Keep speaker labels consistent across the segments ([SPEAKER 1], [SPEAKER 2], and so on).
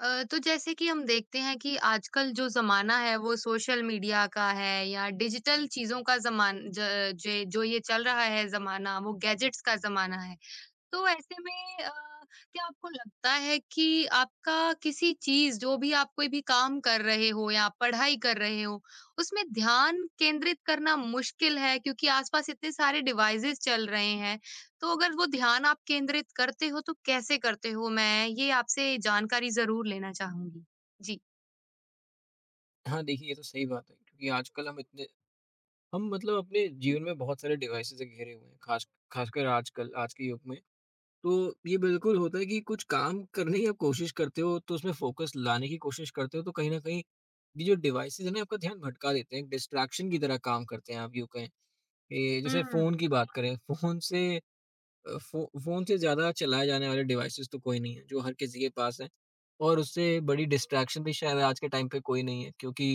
[SPEAKER 1] तो जैसे कि हम देखते हैं कि आजकल जो ज़माना है वो सोशल मीडिया का है या डिजिटल चीज़ों का जो ये चल रहा है ज़माना वो गैजेट्स का ज़माना है। तो ऐसे में क्या आपको लगता है कि आपका किसी चीज़ जो भी आप कोई भी काम कर रहे हो या आप पढ़ाई कर रहे हो, उसमें ध्यान केंद्रित करना मुश्किल है क्योंकि आस-पास इतने सारे डिवाइसेज़ चल रहे हैं, तो अगर वो ध्यान आप केंद्रित करते हो तो कैसे करते हो? मैं ये आपसे जानकारी ज़रूर लेना चाहूँगी। जी।
[SPEAKER 2] हाँ, देखिए, ये तो सही बात है क्योंकि आजकल हम मतलब अपने जीवन में बहुत सारे डिवाइसेस से घिरे हुए हैं, ख़ासकर आजकल आज के युग में। तो ये बिल्कुल होता है कि कुछ काम करने की आप कोशिश करते हो तो उसमें फ़ोकस लाने की कोशिश करते हो तो कहीं न कहीं ये जो डिवाइसेस हैं ना, आपका ध्यान भटका देते हैं, एक डिस्ट्रैक्शन की तरह काम करते हैं, आप यूँ कहें। ये जैसे फ़ोन
[SPEAKER 1] हुँ।
[SPEAKER 2] की बात करें, फ़ोन से फ़ोन से ज़्यादा चलाए जाने वाले डिवाइसेज़ तो कोई नहीं है, जो हर किसी के पास हैं। और उससे बड़ी डिस्ट्रैक्शन भी शायद आज के टाइम पे कोई नहीं है, क्योंकि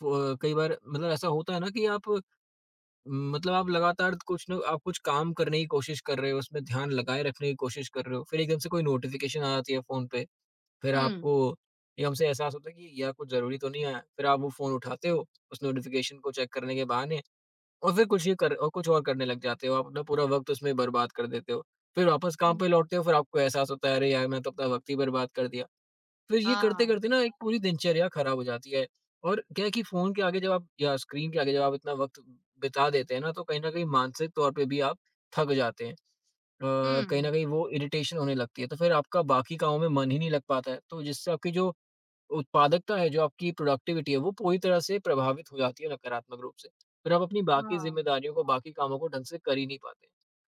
[SPEAKER 2] फ़ो कई बार मतलब ऐसा होता है ना कि आप मतलब आप लगातार कुछ न आप कुछ काम करने की कोशिश कर रहे हो, उसमें ध्यान लगाए रखने की कोशिश कर रहे हो, फिर एकदम से कोई नोटिफ़िकेशन आ जाती है फ़ोन पे, फिर
[SPEAKER 1] हुँ।
[SPEAKER 2] आपको एकदम से एहसास होता है कि यार, कुछ ज़रूरी तो नहीं आया, फिर आप वो फ़ोन उठाते हो, उस नोटिफ़िकेशन को चेक करने के बहाने, और फिर कुछ ये कर और कुछ और करने लग जाते हो, आप अपना पूरा वक़्त उसमें बर्बाद कर देते हो। फिर वापस काम पे
[SPEAKER 1] हुँ।
[SPEAKER 2] लौटते हो, फिर आपको एहसास होता है, अरे यार! मैं तो अपना वक़्त ही बर्बाद कर दिया। फिर ये
[SPEAKER 1] हाँ।
[SPEAKER 2] करते-करते ना, एक पूरी दिनचर्या खराब हो जाती है। और क्या है कि फ़ोन के आगे जब आप, या स्क्रीन के आगे जब आप इतना वक़्त बिता देते हैं ना, तो कहीं न कहीं मानसिक तौर पे भी आप थक जाते हैं। कहीं न
[SPEAKER 1] हुँ।
[SPEAKER 2] कहीं वो इरिटेशन होने लगती है, तो फिर आपका बाकी कामों में मन ही नहीं लग पाता है, तो जिससे आपकी जो उत्पादकता है, जो आपकी प्रोडक्टिविटी है, वो पूरी तरह से प्रभावित हो जाती है, नकारात्मक रूप से। फिर आप अपनी बाकी
[SPEAKER 1] हाँ।
[SPEAKER 2] ज़िम्मेदारियों को, बाकी कामों को ढंग से कर ही नहीं पाते।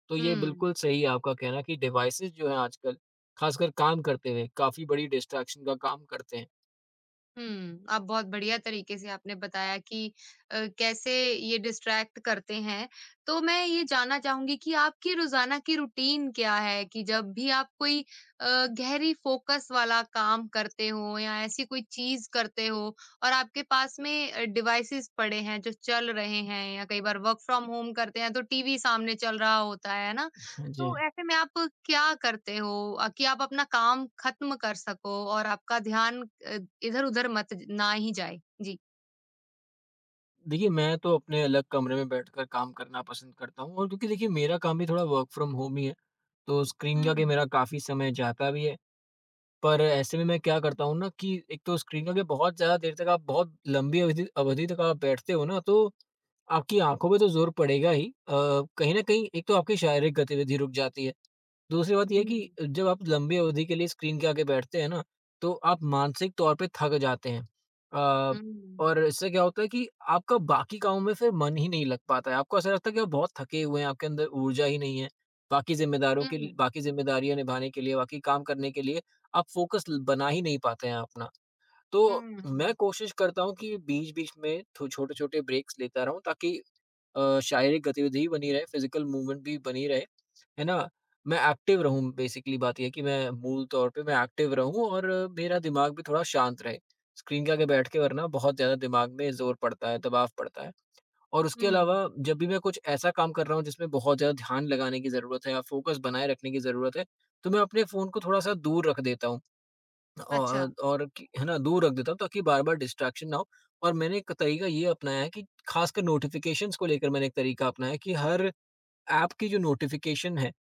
[SPEAKER 2] तो ये
[SPEAKER 1] हुँ।
[SPEAKER 2] बिल्कुल सही है आपका कहना, कि डिवाइसेज़ जो हैं आजकल, खासकर काम करते हुए, काफ़ी बड़ी डिस्ट्रैक्शन का काम करते हैं।
[SPEAKER 1] हुँ। आप बहुत बढ़िया तरीके से आपने बताया कि कैसे ये डिस्ट्रैक्ट करते हैं। तो मैं ये जानना चाहूँगी कि आपकी रोज़ाना की रूटीन क्या है कि जब भी आप कोई गहरी फ़ोकस वाला काम करते हो या ऐसी कोई चीज़ करते हो और आपके पास में डिवाइसेज़ पड़े हैं जो चल रहे हैं या कई बार वर्क फ्रॉम होम करते हैं तो टीवी सामने चल रहा होता है ना?
[SPEAKER 2] हाँ जी।
[SPEAKER 1] तो ऐसे में आप क्या करते हो कि आप अपना काम खत्म कर सको और आपका ध्यान इधर-उधर मत ज ना ही जाए? जी।
[SPEAKER 2] देखिए, मैं तो अपने अलग कमरे में बैठकर काम करना पसंद करता हूँ, और क्योंकि देखिए, मेरा काम भी थोड़ा वर्क फ्रॉम होम ही है, तो स्क्रीन का के
[SPEAKER 1] हुँ,
[SPEAKER 2] मेरा काफ़ी समय जाता भी है, पर ऐसे में मैं क्या करता हूँ ना, कि एक तो स्क्रीन का बहुत ज़्यादा देर तक आप, बहुत लंबी अवधि अवधि तक आप बैठते हो ना, तो आपकी आँखों पे तो ज़ोर पड़ेगा ही। कहीं न कहीं एक तो आपकी शारीरिक गतिविधि रुक जाती है। दूसरी बात ये
[SPEAKER 1] जी।
[SPEAKER 2] है कि जब आप लंबी अवधि के लिए स्क्रीन के आगे बैठते हैं ना, तो आप मानसिक तौर पे थक जाते हैं। अ,
[SPEAKER 1] हुँ, हुँ,
[SPEAKER 2] और इससे क्या होता है कि आपका बाकी कामों में फिर मन ही नहीं लग पाता है। आपको ऐसा लगता है कि आप बहुत थके हुए हैं, आपके अंदर ऊर्जा ही नहीं है, बाकी ज़िम्मेदारों के लिए, बाकी ज़िम्मेदारियाँ निभाने के लिए, बाकी काम करने के लिए आप फ़ोकस ल बना ही नहीं पाते हैं अपना। तो
[SPEAKER 1] हुँ,
[SPEAKER 2] मैं
[SPEAKER 1] हुँ,
[SPEAKER 2] कोशिश करता हूँ कि बीच-बीच में थो छोटे-छोटे ब्रेक्स लेता रहूँ, ताकि शारीरिक गतिविधि बनी रहे, फ़िज़िकल मूवमेंट भी बनी रहे, है ना? मैं एक्टिव रहूँ, बेसिकली बात ये है कि मैं मूल तौर पे मैं एक्टिव रहूँ, और मेरा दिमाग भी थोड़ा शांत रहे। स्क्रीन के आगे बैठ के वरना बहुत ज़्यादा दिमाग में ज़ोर पड़ता है, दबाव पड़ता है। और उसके अलावा
[SPEAKER 1] हुँ,
[SPEAKER 2] जब भी मैं कुछ ऐसा काम कर रहा हूँ जिसमें बहुत ज़्यादा ध्यान लगाने की ज़रूरत है, या फ़ोकस बनाए रखने की ज़रूरत है, तो मैं अपने फ़ोन को थोड़ा-सा दूर रख देता हूँ।
[SPEAKER 1] अच्छा,
[SPEAKER 2] और कि है ना, दूर रख देता हूँ ताकि बार-बार डिस्ट्रैक्शन ना हो। और मैंने एक तरीका ये अपनाया है कि खासकर नोटिफ़िकेशंस को लेकर मैंने एक तरीका अपनाया है, कि हर ऐप की जो नोटिफ़िकेशन है,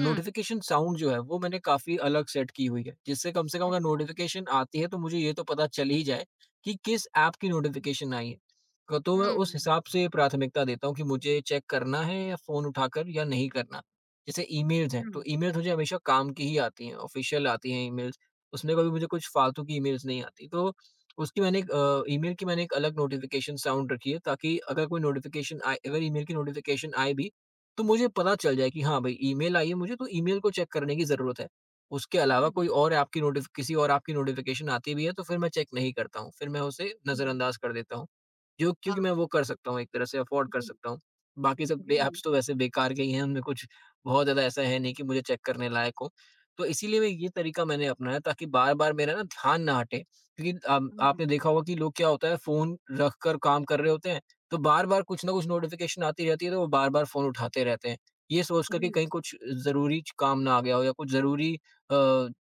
[SPEAKER 1] हुँ,
[SPEAKER 2] नोटिफिकेशन साउंड जो है, वो मैंने काफ़ी अलग सेट की हुई है, जिससे कम से कम अगर
[SPEAKER 1] अच्छा,
[SPEAKER 2] नोटिफिकेशन आती है, तो मुझे ये तो पता चल ही जाए कि किस ऐप की नोटिफिकेशन आई है। क तो
[SPEAKER 1] हुँ,
[SPEAKER 2] मैं उस
[SPEAKER 1] हुँ,
[SPEAKER 2] हिसाब से प्राथमिकता देता हूँ कि मुझे चेक करना है या फ़ोन उठाकर, या नहीं करना। जैसे ईमेल्स हैं, तो
[SPEAKER 1] हुँ,
[SPEAKER 2] ईमेल्स मुझे हमेशा काम की ही आती हैं, ऑफ़िशियल आती हैं ईमेल्स, उसमें कभी मुझे कुछ फ़ालतू की ईमेल्स नहीं आती। तो उसकी मैंने एक ईमेल की मैंने एक अलग नोटिफिकेशन साउंड रखी है, ताकि अगर कोई नोटिफिकेशन आए, अगर ईमेल की नोटिफिकेशन आए भी, तो मुझे पता चल जाए कि हाँ भाई, ईमेल आई है, मुझे तो ईमेल को चेक करने की ज़रूरत है। उसके अलावा कोई और आपकी नोटिफ़ किसी और आपकी नोटिफ़िकेशन आती भी है, तो फिर मैं चेक नहीं करता हूँ। फिर मैं उसे
[SPEAKER 1] हुँ,
[SPEAKER 2] नज़रअंदाज़ कर देता हूँ। जो
[SPEAKER 1] हाँ,
[SPEAKER 2] क्योंकि मैं वो कर सकता हूँ, एक तरह से अफ़ोर्ड कर
[SPEAKER 1] जी,
[SPEAKER 2] सकता हूँ। बाकी सब बे
[SPEAKER 1] जी,
[SPEAKER 2] ऐप्स तो वैसे बेकार के ही हैं, उनमें कुछ बहुत ज़्यादा ऐसा है नहीं कि मुझे चेक करने लायक हो। तो इसीलिए मैं ये तरीका मैंने अपनाया, ताकि बार-बार मेरा ना ध्यान ना हटे। क्योंकि आपने
[SPEAKER 1] हाँ,
[SPEAKER 2] देखा होगा कि लोग, क्या होता है, फ़ोन रखकर काम कर रहे होते हैं। तो बार-बार कुछ ना कुछ नोटिफ़िकेशन आती रहती है, तो वो बार-बार फ़ोन उठाते रहते हैं। ये सोच कर
[SPEAKER 1] जी,
[SPEAKER 2] कि कहीं कुछ ज़रूरी च काम ना आ गया हो, या कुछ ज़रूरी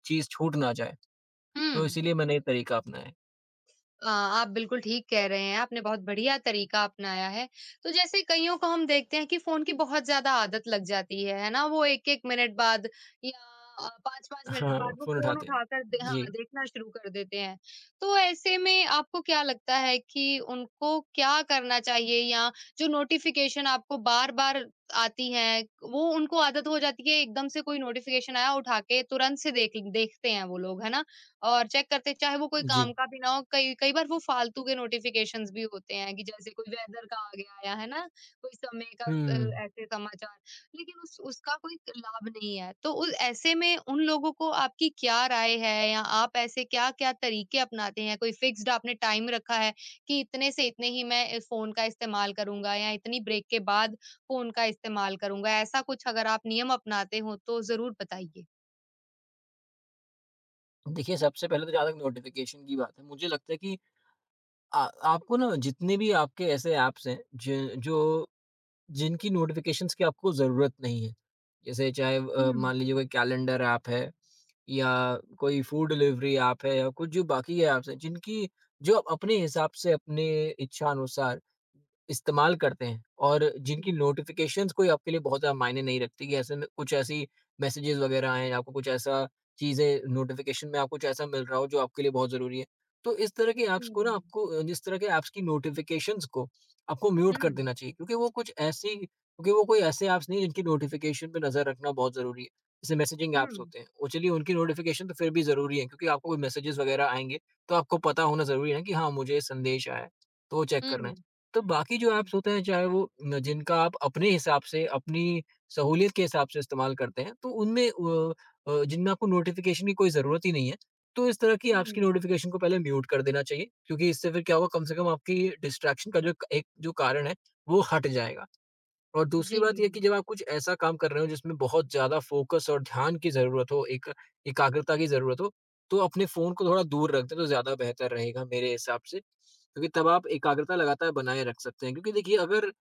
[SPEAKER 2] चीज़ छूट ना जाए।
[SPEAKER 1] हुँ।
[SPEAKER 2] तो इसीलिए मैंने ये तरीका अपनाया है।
[SPEAKER 1] आप बिल्कुल ठीक कह रहे हैं, आपने बहुत बढ़िया तरीका अपनाया है। तो जैसे कइयों को हम देखते हैं कि फ़ोन की बहुत ज़्यादा आदत लग जाती है ना? वो 1-1 मिनट बाद या 5-5 मिनट बाद
[SPEAKER 2] हाँ,
[SPEAKER 1] वो
[SPEAKER 2] फ़ोन
[SPEAKER 1] फ़ोन
[SPEAKER 2] उठाते हैं।
[SPEAKER 1] उठाकर दे हाँ,
[SPEAKER 2] जी।
[SPEAKER 1] देखना शुरू कर देते हैं। तो ऐसे में आपको क्या लगता है कि उनको क्या करना चाहिए या जो नोटिफ़िकेशन आपको बार-बार आती हैं, वो उनको आदत हो जाती है, एकदम से कोई नोटिफ़िकेशन आया उठा के तुरंत से देखते हैं वो लोग, है ना? और चेक करते चाहे वो कोई
[SPEAKER 2] जी।
[SPEAKER 1] काम का भी ना हो, कई कई बार वो फालतू के नोटिफ़िकेशंस भी होते हैं कि जैसे कोई वेदर का आ गया या है ना, कोई समय का स
[SPEAKER 2] हुँ।
[SPEAKER 1] ऐसे समाचार, लेकिन उस उसका कोई लाभ नहीं है। तो उ ऐसे में उन लोगों को आपकी क्या राय है या आप ऐसे क्या-क्या तरीके अपनाते हैं? कोई फ़िक्स्ड आपने टाइम रखा है कि इतने से इतने ही मैं फ़ोन का इस्तेमाल करूँगा या इतनी ब्रेक के बाद फ़ोन का इस्तेमाल करूँगा? ऐसा कुछ अगर आप नियम अपनाते हो तो ज़रूर बताइए।
[SPEAKER 2] देखिए, सबसे पहले तो जहाँ तक नोटिफ़िकेशन की बात है, मुझे लगता है कि आ आपको ना, जितने भी आपके ऐसे ऐप्स हैं, ज जो जिनकी नोटिफ़िकेशंस की आपको ज़रूरत नहीं है। जैसे चाहे
[SPEAKER 1] हुँ,
[SPEAKER 2] मान लीजिए कोई कैलेंडर ऐप है, या कोई फ़ूड डिलीवरी ऐप है, या कुछ जो बाकी है ऐप्स हैं जिनकी, जो आप अपने हिसाब से, अपने इच्छा अनुसार इस्तेमाल करते हैं, और
[SPEAKER 1] हुँ,
[SPEAKER 2] जिनकी नोटिफ़िकेशंस कोई आपके लिए बहुत ज़्यादा मायने नहीं रखती, कि ऐसे में कुछ ऐसी मैसेजेस वग़ैरह आएँ, आपको कुछ ऐसा चीज़ें नोटिफ़िकेशन में आपको कुछ ऐसा मिल रहा हो जो आपके लिए बहुत ज़रूरी है। तो इस तरह के ऐप्स को ना,
[SPEAKER 1] हुँ।
[SPEAKER 2] आपको जिस तरह के ऐप्स की नोटिफ़िकेशंस को आपको म्यूट कर
[SPEAKER 1] हुँ।
[SPEAKER 2] देना चाहिए, क्योंकि वो कुछ ऐसी, क्योंकि वो कोई ऐसे ऐप्स नहीं हैं जिनकी नोटिफिकेशन पे नज़र रखना बहुत ज़रूरी है। जैसे मैसेजिंग ऐप्स
[SPEAKER 1] हुँ,
[SPEAKER 2] होते हैं, वो चलिए उनकी नोटिफिकेशन तो फिर भी ज़रूरी है, क्योंकि आपको कोई मैसेजेज़ वगैरह आएँगे, तो आपको पता होना ज़रूरी है ना कि हाँ, मुझे ये संदेश आया है, तो वो चेक करना
[SPEAKER 1] हुँ,
[SPEAKER 2] है। तो बाकी जो
[SPEAKER 1] हुँ,
[SPEAKER 2] ऐप्स होते हैं, चाहे वो न, जिनका आप अपने हिसाब से, अपनी सहूलियत के हिसाब से इस्तेमाल करते हैं, तो उनमें जिनमें आपको नोटिफिकेशन की कोई ज़रूरत ही नहीं है, तो इस तरह की ऐप्स
[SPEAKER 1] हुँ,
[SPEAKER 2] की नोटिफ़िकेशन को पहले म्यूट कर देना चाहिए, क्योंकि इससे फिर क्या होगा, कम से कम आपकी डिस्ट्रैक्शन का जो एक जो कारण है, वो हट जाएगा। और दूसरी
[SPEAKER 1] जी,
[SPEAKER 2] बात ये है कि जब आप कुछ ऐसा काम कर रहे हो जिसमें बहुत ज़्यादा फ़ोकस और ध्यान की ज़रूरत हो, एक एकाग्रता की ज़रूरत हो, तो अपने फ़ोन को थोड़ा दूर रख दें तो ज़्यादा बेहतर रहेगा, मेरे हिसाब से। क्योंकि तब आप एकाग्रता लगातार बनाए रख सकते हैं, क्योंकि देखिए, अगर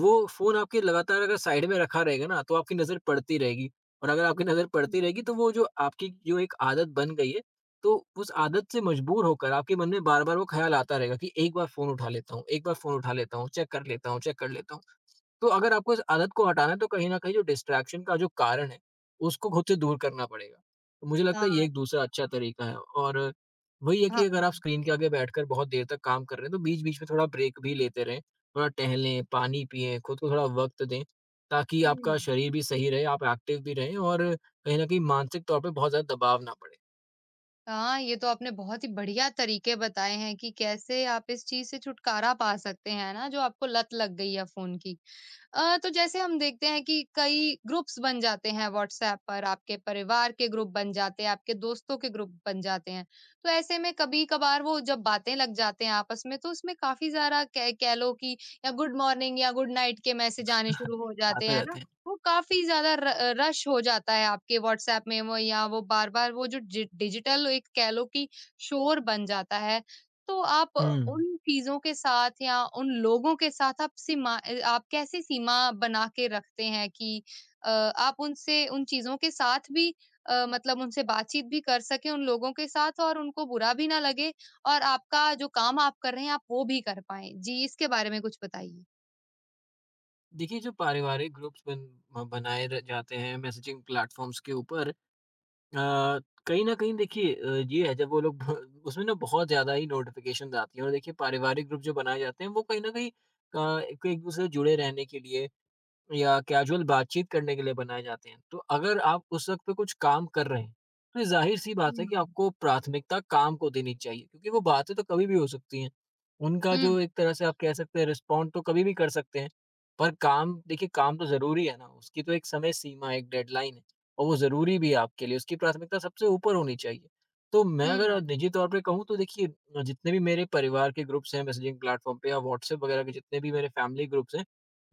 [SPEAKER 2] वो फ़ोन आपके लगातार अगर साइड में रखा रहेगा ना, तो आपकी नज़र पड़ती रहेगी, और अगर आपकी नज़र पड़ती रहेगी,
[SPEAKER 1] हुँ,
[SPEAKER 2] तो वो जो आपकी जो एक आदत बन गई है, तो उस आदत से मजबूर होकर आपके मन में बार-बार वो ख़्याल आता रहेगा कि एक बार फ़ोन उठा लेता हूँ, एक बार फ़ोन उठा लेता हूँ, चेक कर लेता हूँ, चेक कर लेता हूँ। तो अगर आपको इस आदत को हटाना है, तो कहीं न कहीं जो डिस्ट्रैक्शन का जो कारण है, उसको खुद से दूर करना पड़ेगा। तो मुझे लगता है ये
[SPEAKER 1] हाँ,
[SPEAKER 2] एक दूसरा अच्छा तरीका है। और वही है
[SPEAKER 1] हाँ,
[SPEAKER 2] कि अगर आप
[SPEAKER 1] हाँ,
[SPEAKER 2] स्क्रीन के आगे बैठकर बहुत देर तक काम कर रहे हैं, तो बीच-बीच में थोड़ा ब्रेक भी लेते रहें। थोड़ा टहलें, पानी पिएँ, खुद को थोड़ा वक़्त दें, ताकि
[SPEAKER 1] हुँ।
[SPEAKER 2] आपका शरीर भी सही रहे, आप एक्टिव भी रहें, और कहीं न कहीं मानसिक तौर पे बहुत ज़्यादा दबाव ना पड़े।
[SPEAKER 1] हाँ, ये तो आपने बहुत ही बढ़िया तरीके बताए हैं कि कैसे आप इस चीज़ से छुटकारा पा सकते हैं, है ना? जो आपको लत लग गई है फ़ोन की। तो जैसे हम देखते हैं कि कई ग्रुप्स बन जाते हैं व्हाट्सएप पर, आपके परिवार के ग्रुप बन जाते हैं, आपके दोस्तों के ग्रुप बन जाते हैं। तो ऐसे में कभी-कभार वो जब बातें लग जाते हैं आपस में, तो उसमें काफ़ी ज़्यादा कह कह लो कि या गुड मॉर्निंग या गुड नाइट के मैसेज आने शुरू हो जाते
[SPEAKER 2] आते
[SPEAKER 1] हैं ना।
[SPEAKER 2] रहते हैं।
[SPEAKER 1] वो काफ़ी ज़्यादा र रश हो जाता है आपके व्हाट्सएप में, वो या वो बार-बार वो जो जि डिजिटल एक कह लो कि शोर बन जाता है। तो आप
[SPEAKER 2] हुँ।
[SPEAKER 1] उन चीज़ों के साथ या उन लोगों के साथ आप कैसे सीमा बना के रखते हैं कि आप उनसे उन चीज़ों के साथ भी मतलब उनसे बातचीत भी कर सकें उन लोगों के साथ और उनको बुरा भी ना लगे और आपका जो काम आप कर रहे हैं आप वो भी कर पाएँ? जी, इसके बारे में कुछ बताइए।
[SPEAKER 2] देखिए, जो पारिवारिक ग्रुप्स बनाए र जाते हैं मैसेजिंग प्लेटफ़ॉर्म्स के ऊपर, अ, कहीं न कहीं देखिए, अ, ये है जब वो लोग भ उसमें ना बहुत ज़्यादा ही नोटिफ़िकेशंस आती हैं। और देखिए, पारिवारिक ग्रुप जो बनाए जाते हैं, वो कहीं न कहीं एक एक-दूसरे से जुड़े रहने के लिए, या कैजुअल बातचीत करने के लिए बनाए जाते हैं। तो अगर आप उस वक़्त पे कुछ काम कर रहे हैं, तो ज़ाहिर-सी बात है कि
[SPEAKER 1] हुँ।
[SPEAKER 2] आपको प्राथमिकता काम को देनी चाहिए, क्योंकि वो बातें तो कभी भी हो सकती हैं। उनका जो
[SPEAKER 1] हुँ।
[SPEAKER 2] एक तरह से आप कह सकते हैं रिस्पॉन्ड, तो कभी भी कर सकते हैं, पर काम देखिए, काम तो ज़रूरी है ना। उसकी तो एक समय सीमा, एक डेडलाइन है और वो ज़रूरी भी है आपके लिए, उसकी प्राथमिकता सबसे ऊपर होनी चाहिए। तो मैं
[SPEAKER 1] हुँ।
[SPEAKER 2] अगर निजी तौर पे कहूँ तो देखिए, जितने भी मेरे परिवार के ग्रुप्स हैं मैसेजिंग प्लेटफ़ॉर्म पे या व्हाट्सऐप वगैरह के, जितने भी मेरे फैमिली ग्रुप्स हैं,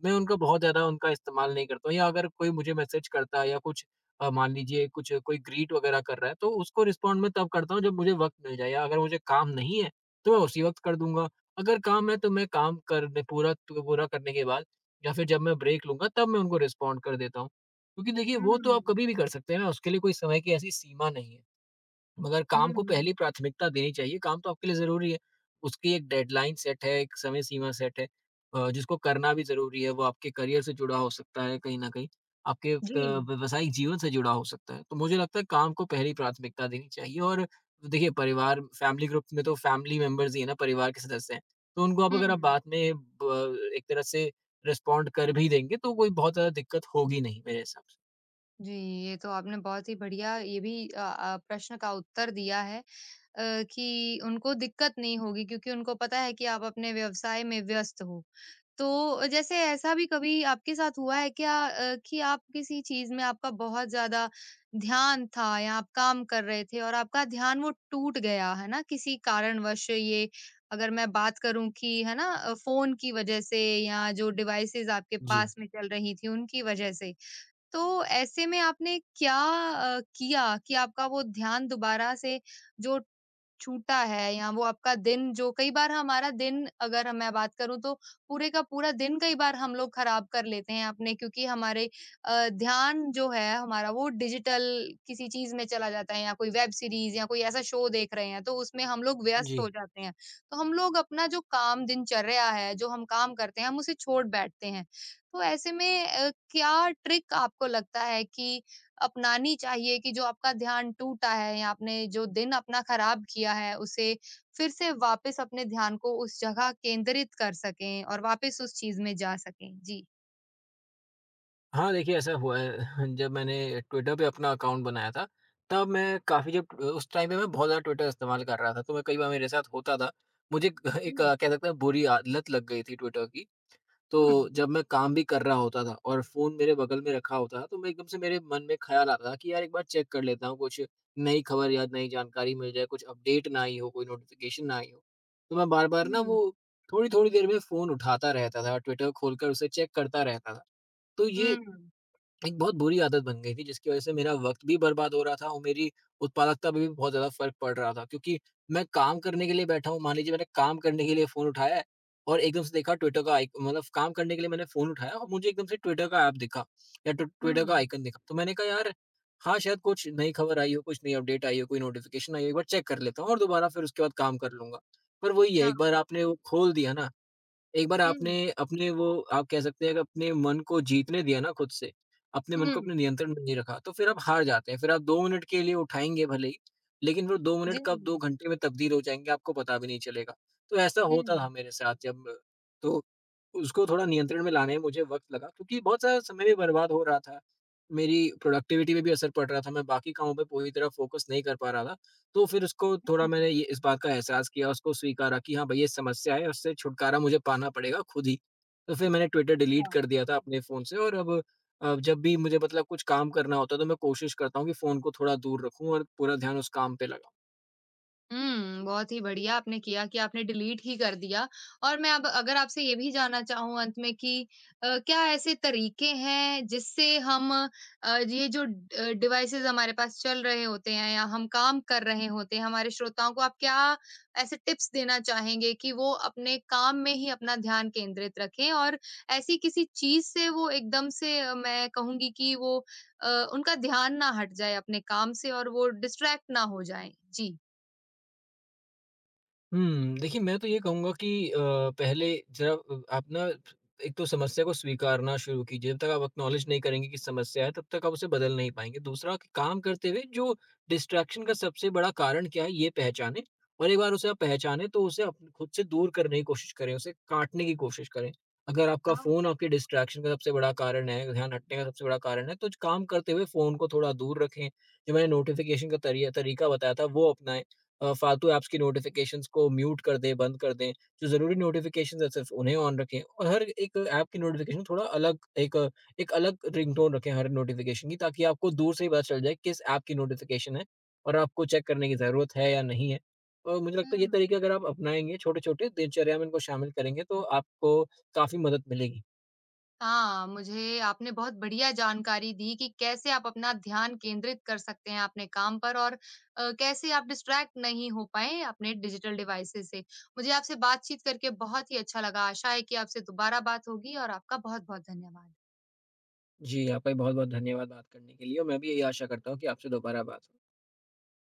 [SPEAKER 2] मैं उनका बहुत ज़्यादा उनका इस्तेमाल नहीं करता हूँ। या अगर कोई मुझे मैसेज करता है या कुछ मान लीजिए, कुछ कोई ग्रीट वगैरह कर रहा है, तो उसको रिस्पॉन्ड मैं तब करता हूँ जब मुझे वक़्त मिल जाए, या अगर मुझे काम नहीं है, तो मैं उसी वक़्त कर दूँगा। अगर काम है तो मैं काम करने पूरा, तो पूरा करने के बाद या फिर जब मैं ब्रेक लूँगा, तब मैं उनको रिस्पॉन्ड कर देता हूँ। क्योंकि देखिए, वो तो
[SPEAKER 1] हुँ,
[SPEAKER 2] आप कभी भी कर सकते हैं ना, उसके लिए कोई समय की ऐसी सीमा नहीं है। मगर काम को पहली
[SPEAKER 1] हुँ।
[SPEAKER 2] प्राथमिकता देनी चाहिए, काम तो आपके लिए ज़रूरी है। उसकी एक डेडलाइन सेट है, एक समय सीमा सेट है, जिसको करना भी ज़रूरी है, वो आपके करियर से जुड़ा हो सकता है कहीं न कहीं, आपके
[SPEAKER 1] जी।
[SPEAKER 2] व्यावसायिक जीवन से जुड़ा हो सकता है। तो मुझे लगता है काम को पहली प्राथमिकता देनी चाहिए, और देखिए, परिवार, फैमिली ग्रुप में तो फैमिली मेंबर्स ही हैं ना, परिवार के सदस्य हैं। तो उनको आप अगर आप
[SPEAKER 1] हुँ।
[SPEAKER 2] बाद में ब एक तरह से रिस्पॉन्ड कर भी देंगे, तो कोई बहुत ज़्यादा दिक्कत होगी नहीं मेरे हिसाब से।
[SPEAKER 1] जी, ये तो आपने बहुत ही बढ़िया ये भी प्रश्न का उत्तर दिया है, कि उनको दिक्कत नहीं होगी क्योंकि उनको पता है कि आप अपने व्यवसाय में व्यस्त हो। तो जैसे ऐसा भी कभी आपके साथ हुआ है क्या कि आप किसी चीज़ में आपका बहुत ज़्यादा ध्यान था या आप काम कर रहे थे और आपका ध्यान वो टूट गया, है ना? किसी कारणवश ये, अगर मैं बात करूँ कि है ना, फ़ोन की वजह से या जो डिवाइसेज़ आपके
[SPEAKER 2] जी,
[SPEAKER 1] पास में चल रही थी उनकी वजह से। तो ऐसे में आपने क्या किया कि आपका वो ध्यान दोबारा से जो छूटा है, या वो आपका दिन जो कई बार हमारा दिन, अगर मैं बात करूँ तो पूरे का पूरा दिन कई बार हम लोग खराब कर लेते हैं अपने, क्योंकि हमारे ध्यान जो है हमारा वो डिजिटल किसी चीज में चला जाता है, या कोई वेब सीरीज या कोई ऐसा शो देख रहे हैं तो उसमें हम लोग व्यस्त
[SPEAKER 2] जी।
[SPEAKER 1] हो जाते हैं, तो हम लोग अपना जो काम दिनचर्या है जो हम काम करते हैं हम उसे छोड़ बैठते हैं। तो ऐसे में क्या ट्रिक आपको लगता है कि अपनानी चाहिए कि जो आपका ध्यान टूटा है या आपने जो दिन अपना खराब किया है उसे फिर से वापस अपने ध्यान को उस जगह केंद्रित कर सकें और वापस उस चीज में जा सकें? जी।
[SPEAKER 2] हाँ, देखिए, ऐसा हुआ है। जब मैंने ट्विटर पे अपना अकाउंट बनाया था, तब मैं काफ़ी जब उस टाइम पे मैं बहुत ज़्यादा ट्विटर इस्तेमाल कर रहा था, तो मैं, कई बार मेरे साथ होता था। मुझे एक एक,
[SPEAKER 1] हुँ,
[SPEAKER 2] अ, कह सकते हैं, बुरी आदत लग गई थी ट्विटर की।
[SPEAKER 1] हुँ,
[SPEAKER 2] तो जब मैं काम भी कर रहा होता था और फ़ोन मेरे बगल में रखा होता था, तो मैं एकदम से मेरे मन में ख़्याल आता था कि यार, एक बार चेक कर लेता हूँ, कुछ नई खबर या नई जानकारी मिल जाए, कुछ अपडेट ना आई हो, कोई नोटिफ़िकेशन ना आई हो। तो मैं बार-बार ना
[SPEAKER 1] हुँ,
[SPEAKER 2] वो, थोड़ी-थोड़ी देर में फ़ोन उठाता रहता था, ट्विटर खोलकर उसे चेक करता रहता था। तो ये
[SPEAKER 1] हुँ,
[SPEAKER 2] एक बहुत बुरी आदत बन गई थी, जिसकी वजह से मेरा वक़्त भी बर्बाद हो रहा था और मेरी उत्पादकता पे भी बहुत ज़्यादा फ़र्क पड़ रहा था। क्योंकि मैं काम करने के लिए बैठा हूँ, मान लीजिए मैंने काम करने के लिए फ़ोन उठाया है, और एकदम से देखा ट्विटर का आइक मतलब, काम करने के लिए मैंने फ़ोन उठाया और मुझे एकदम से ट्विटर का ऐप दिखा या ट्विटर का
[SPEAKER 1] हुँ,
[SPEAKER 2] आइकन दिखा। तो मैंने कहा, यार हाँ, शायद कुछ नई खबर आई हो, कुछ नई अपडेट आई हो, कोई नोटिफ़िकेशन आई हो, एक बार चेक कर लेता हूँ और दोबारा फिर उसके बाद काम कर लूँगा। पर वही है, एक
[SPEAKER 1] हाँ,
[SPEAKER 2] बार आपने वो खोल दिया ना, एक बार
[SPEAKER 1] हुँ,
[SPEAKER 2] आपने अपने वो, आप कह सकते हैं कि अपने मन को जीतने दिया ना खुद से, अपने मन
[SPEAKER 1] हुँ,
[SPEAKER 2] को अपने नियंत्रण में नहीं रखा, तो फिर आप हार जाते हैं। फिर आप 2 मिनट के लिए उठाएँगे भले ही, लेकिन वो 2
[SPEAKER 1] जी,
[SPEAKER 2] मिनट कब 2 घंटे में तब्दील हो जाएँगे, आपको पता भी नहीं चलेगा। तो ऐसा होता
[SPEAKER 1] हुँ,
[SPEAKER 2] था मेरे साथ। जब तो उसको थोड़ा नियंत्रण में लाने में मुझे वक़्त लगा, क्योंकि बहुत सारा समय भी बर्बाद हो रहा था। मेरी प्रोडक्टिविटी पे भी असर पड़ रहा था, मैं बाकी कामों पे पूरी तरह फ़ोकस नहीं कर पा रहा था। तो फिर उसको थोड़ा,
[SPEAKER 1] हुँ,
[SPEAKER 2] मैंने ये इस बात का एहसास किया, उसको स्वीकारा कि हाँ भई, ये समस्या है, उससे छुटकारा मुझे पाना पड़ेगा खुद ही। तो फिर मैंने ट्विटर डिलीट कर
[SPEAKER 1] हाँ।
[SPEAKER 2] दिया था अपने फ़ोन से, और अब जब भी मुझे, मतलब, कुछ काम करना होता है, तो मैं कोशिश करता हूँ कि फ़ोन को थोड़ा दूर रखूँ और पूरा ध्यान उस काम पे लगाऊँ।
[SPEAKER 1] हुँ, बहुत ही बढ़िया आपने किया कि आपने डिलीट ही कर दिया। और मैं अब अगर आपसे ये भी जानना चाहूँ अंत में कि क्या ऐसे तरीके हैं जिससे हम ये जो ड डिवाइसेज़ हमारे पास चल रहे होते हैं या हम काम कर रहे होते हैं, हमारे श्रोताओं को आप क्या ऐसे टिप्स देना चाहेंगे कि वो अपने काम में ही अपना ध्यान केंद्रित रखें और ऐसी किसी चीज़ से वो एकदम से, मैं कहूँगी कि वो, अ, उनका ध्यान ना हट जाए अपने काम से और वो डिस्ट्रैक्ट ना हो जाएँ? जी।
[SPEAKER 2] देखिए, मैं तो ये कहूँगा कि पहले ज़रा, आप ना, एक तो समस्या को स्वीकारना शुरू कीजिए। जब तक आप एक्नॉलेज नहीं करेंगे कि समस्या है, तब तक आप उसे बदल नहीं पाएँगे। दूसरा, कि काम करते हुए जो डिस्ट्रैक्शन का सबसे बड़ा कारण क्या है, ये पहचानें, और एक बार उसे आप पहचानें तो उसे आप खुद से दूर करने की कोशिश करें, उसे काटने की कोशिश करें। अगर आपका
[SPEAKER 1] हाँ।
[SPEAKER 2] फ़ोन आपके डिस्ट्रैक्शन का सबसे बड़ा कारण है, ध्यान हटने का सबसे बड़ा कारण है, तो काम करते हुए फ़ोन को थोड़ा दूर रखें। जो मैंने नोटिफ़िकेशन का तरीका बताया था, वो अपनाएँ। फालतू ऐप्स की नोटिफ़िकेशंस को म्यूट कर दें, बंद कर दें। जो ज़रूरी नोटिफ़िकेशंस हैं सिर्फ़ उन्हें ऑन रखें, और हर एक ऐप की नोटिफ़िकेशन, थोड़ा अलग एक अ, एक अलग रिंगटोन रखें हर नोटिफ़िकेशन की, ताकि आपको दूर से ही पता चल जाए किस ऐप की नोटिफ़िकेशन है और आपको चेक करने की ज़रूरत है या नहीं है। और मुझे लगता है ये
[SPEAKER 1] हुँ।
[SPEAKER 2] तरीके अगर आप अपनाएँगे, छोटे-छोटे दिनचर्या में इनको शामिल करेंगे, तो आपको काफ़ी मदद मिलेगी।
[SPEAKER 1] हाँ, मुझे आपने बहुत बढ़िया जानकारी दी कि कैसे आप अपना ध्यान केंद्रित कर सकते हैं अपने काम पर और कैसे आप डिस्ट्रैक्ट नहीं हो पाएँ अपने डिजिटल डिवाइसेज़ से। मुझे आपसे बातचीत करके बहुत ही अच्छा लगा। आशा है कि आपसे दोबारा बात होगी और आपका बहुत-बहुत धन्यवाद।
[SPEAKER 2] जी, आपका भी बहुत-बहुत धन्यवाद बात करने के लिए, और मैं भी यही आशा करता हूँ कि आपसे दोबारा बात हो।